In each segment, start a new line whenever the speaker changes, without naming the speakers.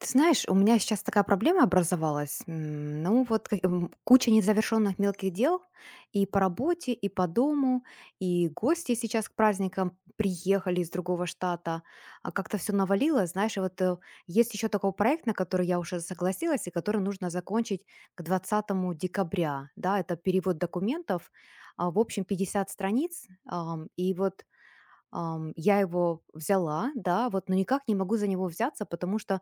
Ты знаешь, у меня сейчас такая проблема образовалась. Ну вот куча незавершенных мелких дел и по работе, и по дому, и гости сейчас к праздникам приехали из другого штата. А как-то все навалилось, знаешь, и вот есть еще такой проект, на который я уже согласилась, и который нужно закончить к 20 декабря. Да, это перевод документов, в общем, 50 страниц. И вот я его взяла, да, вот, но никак не могу за него взяться, потому что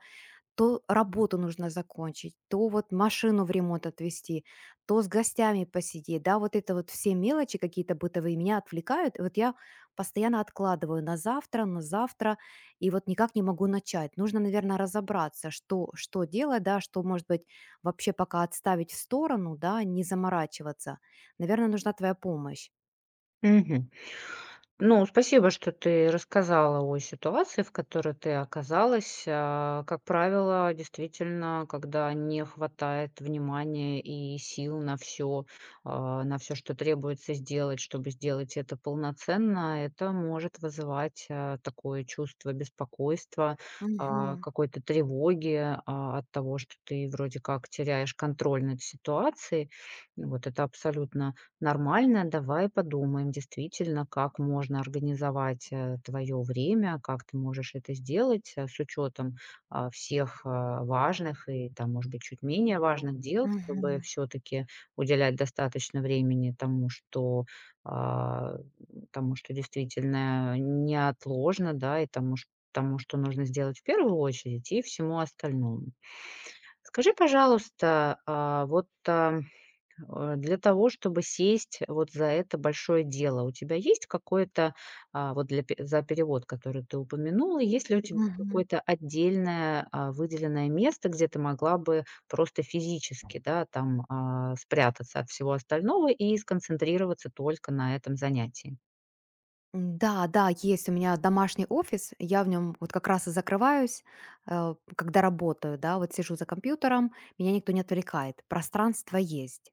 то работу нужно закончить, то вот машину в ремонт отвезти, то с гостями посидеть, да, вот это вот все мелочи какие-то бытовые меня отвлекают, и вот я постоянно откладываю на завтра, и вот никак не могу начать. Нужно, наверное, разобраться, что делать, да, что, может быть, вообще пока отставить в сторону, да, не заморачиваться. Наверное, нужна твоя помощь.
Мгм. Ну, спасибо, что ты рассказала о ситуации, в которой ты оказалась. Как правило, действительно, когда не хватает внимания и сил на все, что требуется сделать, чтобы сделать это полноценно, это может вызывать такое чувство беспокойства,
Мгм.
какой-то тревоги от того, что ты вроде как теряешь контроль над ситуацией. Вот это абсолютно нормально, давай подумаем действительно, как можно организовать твое время, как ты можешь это сделать с учетом всех важных и там, может быть, чуть менее важных дел, чтобы
Мгм.
все-таки уделять достаточно времени тому, что а, тому, что действительно неотложно, да, и тому, тому, что нужно сделать в первую очередь, и всему остальному. Скажи, пожалуйста, для того, чтобы сесть вот за это большое дело, у тебя есть какое-то, а, вот для пе за перевод, который ты упомянула, есть ли у тебя
Мгм.
какое-то отдельное, выделенное место, где ты могла бы просто физически, да, там, спрятаться от всего остального и сконцентрироваться только на этом занятии?
Да, да, есть у меня домашний офис, я в нем вот как раз и закрываюсь, когда работаю, да, вот сижу за компьютером, меня никто не отвлекает, пространство есть.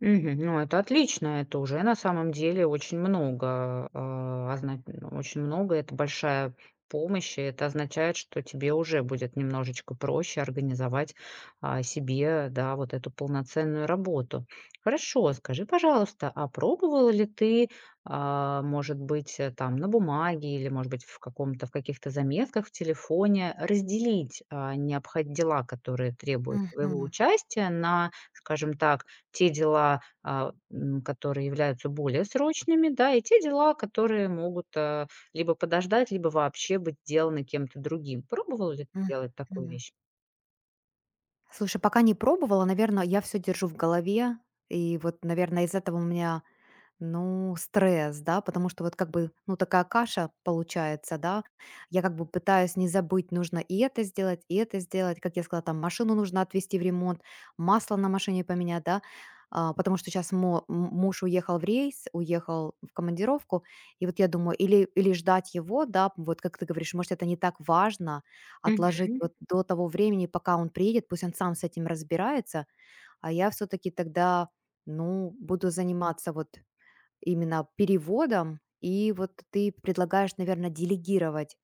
Мгм. Ну, это отлично, это уже на самом деле очень много, а, озна очень много, это большая помощь, и это означает, что тебе уже будет немножечко проще организовать, себе, да, вот эту полноценную работу. Хорошо, скажи, пожалуйста, а пробовала ли ты, может быть, там на бумаге или, может быть, в каких-то заметках в телефоне разделить, а, необхо дела, которые требуют твоего
Мгм.
участия на, скажем так, те дела, которые являются более срочными, да, и те дела, которые могут, либо подождать, либо вообще быть сделаны кем-то другим. Пробовала ли ты делать такую
Мгм.
вещь?
Слушай, пока не пробовала, наверное, я все держу в голове, и вот, наверное, из этого у меня. Ну, стресс, да, потому что вот как бы, ну, такая каша получается, да. Я как бы пытаюсь не забыть, нужно и это сделать, и это сделать. Как я сказала, там машину нужно отвезти в ремонт, масло на машине поменять, да. А, потому что сейчас муж уехал в рейс, уехал в командировку, и вот я думаю, или ждать его, да, вот как ты говоришь, может, это не так важно отложить
Мгм.
вот до того времени, пока он приедет, пусть он сам с этим разбирается, а я все-таки тогда, ну, буду заниматься вот именно переводом. И вот ты предлагаешь, наверное, делегировать,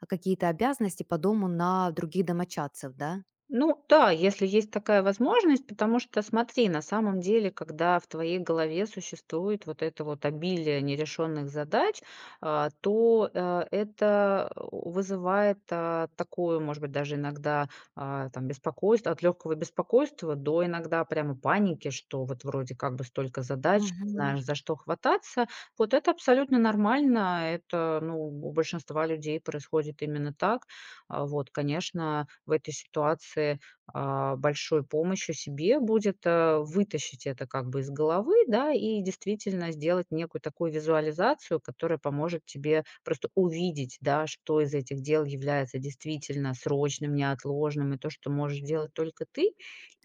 какие-то обязанности по дому на других домочадцев, да?
Ну да, если есть такая возможность, потому что смотри, на самом деле, когда в твоей голове существует вот это вот обилие нерешенных задач, то это вызывает такое, может быть, даже иногда там беспокойство, от легкого беспокойства до иногда прямо паники, что вот вроде как бы столько задач, не
Мгм.
знаешь, за что хвататься. Вот это абсолютно нормально, это, ну, у большинства людей происходит именно так. Вот, конечно, в этой ситуации, большой помощью себе будет, вытащить это как бы из головы, да, и действительно сделать некую такую визуализацию, которая поможет тебе просто увидеть, да, что из этих дел является действительно срочным, неотложным, и то, что можешь делать только ты.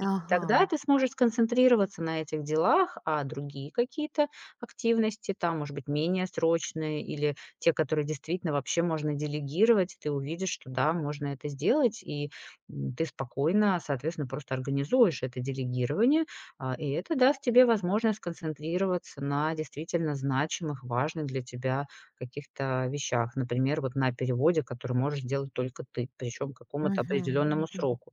И тогда
Ага.
ты сможешь сконцентрироваться на этих делах, а другие какие-то активности, там, может быть, менее срочные или те, которые действительно вообще можно делегировать. Ты увидишь, что да, можно это сделать, и ты спокойно, соответственно, просто организуешь это делегирование, и это даст тебе возможность сконцентрироваться на действительно значимых, важных для тебя каких-то вещах. Например, вот на переводе, который можешь сделать только ты, причем к какому-то
Мгм,
определенному
мгм.
сроку.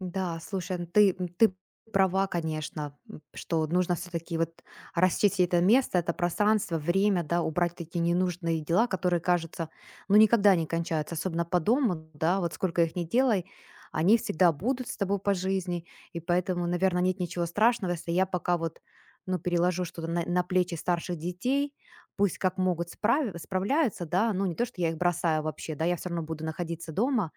Да, слушай, ну ты права, конечно, что нужно все-таки вот расчистить это место, это пространство, время, да, убрать такие ненужные дела, которые, кажется, ну никогда не кончаются, особенно по дому, да, вот сколько их не делай, они всегда будут с тобой по жизни, и поэтому, наверное, нет ничего страшного, если я пока вот, ну, переложу что-то на плечи старших детей, пусть как могут справляются, да, ну, не то, что я их бросаю вообще, да, я все равно буду находиться дома,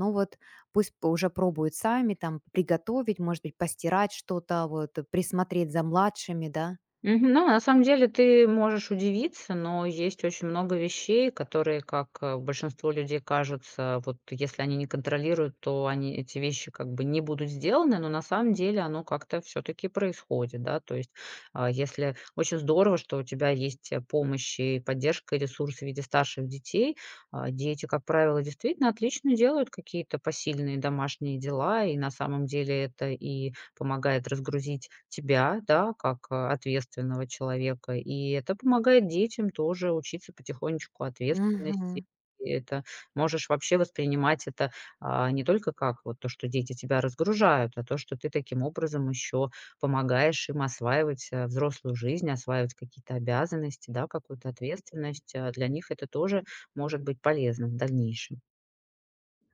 но вот пусть п уже пробуют сами там приготовить, может быть, постирать что-то, вот, присмотреть за младшими, да.
Мгм. Ну, на самом деле ты можешь удивиться, но есть очень много вещей, которые, как большинству людей кажется, вот если они не контролируют, то они эти вещи как бы не будут сделаны, но на самом деле оно как-то все-таки происходит, да, то есть а, если очень здорово, что у тебя есть помощь и поддержка и ресурсы в виде старших детей, дети, как правило, действительно отлично делают какие-то посильные домашние дела, и на самом деле это и помогает разгрузить тебя, да, как, ответственного человека. И это помогает детям тоже учиться потихонечку ответственности.
Мгм.
И это можешь вообще воспринимать это, не только как вот то, что дети тебя разгружают, а то, что ты таким образом еще помогаешь им осваивать, взрослую жизнь, осваивать какие-то обязанности, да, какую-то ответственность. Для них это тоже может быть полезным в дальнейшем.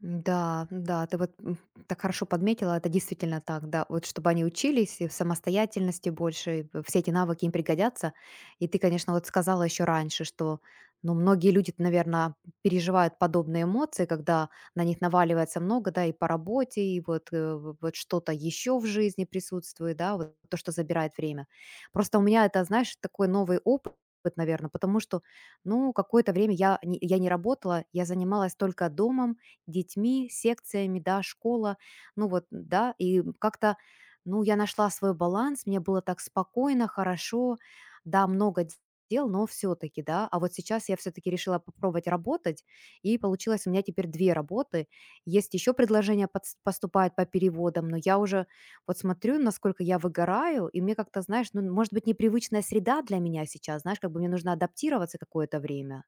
Да, да, ты вот так хорошо подметила, это действительно так, да. Вот чтобы они учились и в самостоятельности больше, все эти навыки им пригодятся. И ты, конечно, вот сказала еще раньше, что, ну, многие люди, наверное, переживают подобные эмоции, когда на них наваливается много, да, и по работе, и вот, вот что-то еще в жизни присутствует, да, вот то, что забирает время. Просто у меня это, знаешь, такой новый опыт, наверное, потому что, ну, какое-то время я не работала, я занималась только домом, детьми, секциями, да, школа. Ну вот, да, и как-то, ну, я нашла свой баланс, мне было так спокойно, хорошо, да, много дел, но все-таки, да, а вот сейчас я все-таки решила попробовать работать, и получилось у меня теперь две работы. Есть еще предложения поступают по переводам, но я уже вот смотрю, насколько я выгораю, и мне как-то, знаешь, ну, может быть, непривычная среда для меня сейчас, знаешь, как бы мне нужно адаптироваться какое-то время.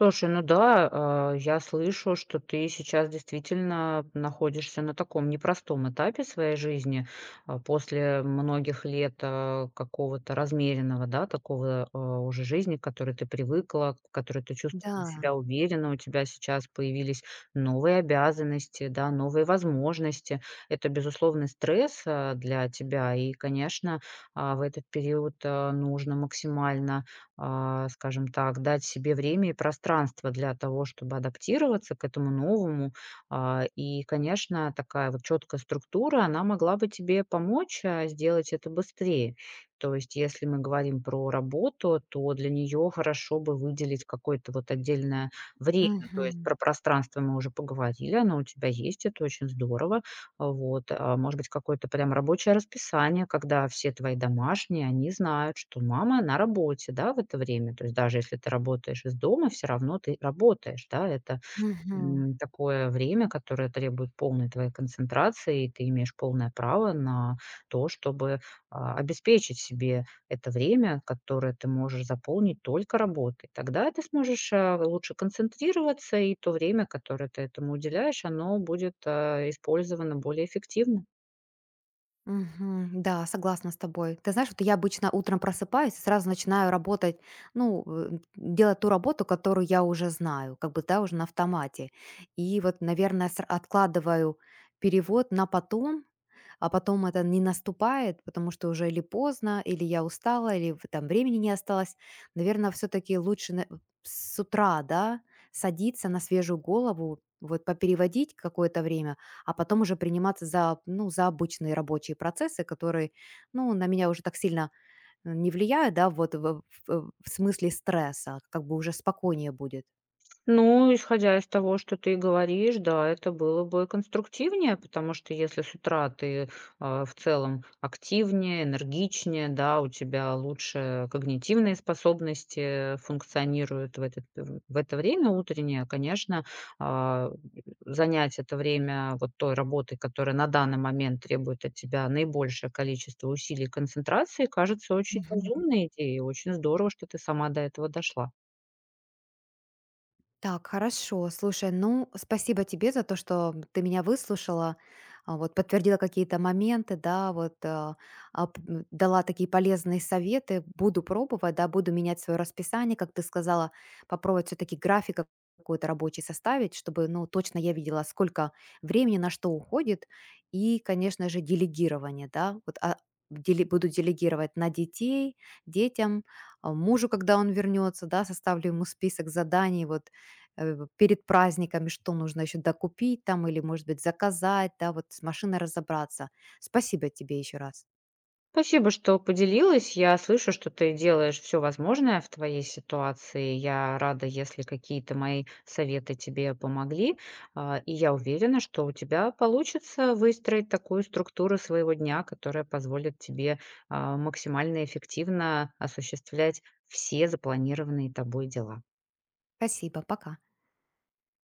Слушай, ну да, я слышу, что ты сейчас действительно находишься на таком непростом этапе своей жизни, после многих лет, какого-то размеренного, да, такого, уже жизни, к которой ты привыкла, к которой ты чувствовала
Да.
себя уверенно. У тебя сейчас появились новые обязанности, да, новые возможности. Это безусловный стресс, для тебя. И, конечно, в этот период, нужно максимально скажем так, дать себе время и пространство для того, чтобы адаптироваться к этому новому. И, конечно, такая вот четкая структура, она могла бы тебе помочь сделать это быстрее. То есть, если мы говорим про работу, то для нее хорошо бы выделить какое-то вот отдельное время, то есть
Мгм.
про пространство мы уже поговорили, оно у тебя есть, это очень здорово. Вот, может быть, какое-то прям рабочее расписание, когда все твои домашние, они знают, что мама на работе, да, в это время. То есть даже если ты работаешь из дома, все равно ты работаешь, да, это
Мгм.
такое время, которое требует полной твоей концентрации, и ты имеешь полное право на то, чтобы обеспечить себе это время, которое ты можешь заполнить только работой. Тогда ты сможешь лучше концентрироваться, и то время, которое ты этому уделяешь, оно будет использовано более эффективно.
Мгм. Да, согласна с тобой. Ты знаешь, вот я обычно утром просыпаюсь и сразу начинаю работать, ну, делать ту работу, которую я уже знаю, как бы, да, уже на автомате. И вот, наверное, откладываю перевод на потом, а потом это не наступает, потому что уже или поздно, или я устала, или там времени не осталось. Наверное, все-таки лучше с утра, да, садиться на свежую голову, вот попереводить какое-то время, а потом уже приниматься за, ну, за обычные рабочие процессы, которые, ну, на меня уже так сильно не влияют, да, вот в смысле стресса, как бы уже спокойнее будет.
Ну, исходя из того, что ты говоришь, да, это было бы конструктивнее, потому что если с утра ты в целом активнее, энергичнее, да, у тебя лучше когнитивные способности функционируют в это время утреннее, конечно, а, занять это время вот той работой, которая на данный момент требует от тебя наибольшее количество усилий и концентрации, кажется очень
Мгм.
разумной идеей, очень здорово, что ты сама до этого дошла.
Так, хорошо. Слушай, ну, спасибо тебе за то, что ты меня выслушала, вот подтвердила какие-то моменты, да, вот дала такие полезные советы. Буду пробовать, да, буду менять свое расписание, как ты сказала, попробовать все-таки график какой-то рабочий составить, чтобы, ну, точно я видела, сколько времени на что уходит, и, конечно же, делегирование, да, буду делегировать на детей, детям, мужу, когда он вернется, да, составлю ему список заданий, вот перед праздниками, что нужно еще докупить там или, может быть, заказать, да, вот с машиной разобраться. Спасибо тебе еще раз.
Спасибо, что поделилась. Я слышу, что ты делаешь все возможное в твоей ситуации. Я рада, если какие-то мои советы тебе помогли. И я уверена, что у тебя получится выстроить такую структуру своего дня, которая позволит тебе, максимально эффективно осуществлять все запланированные тобой дела.
Спасибо, пока.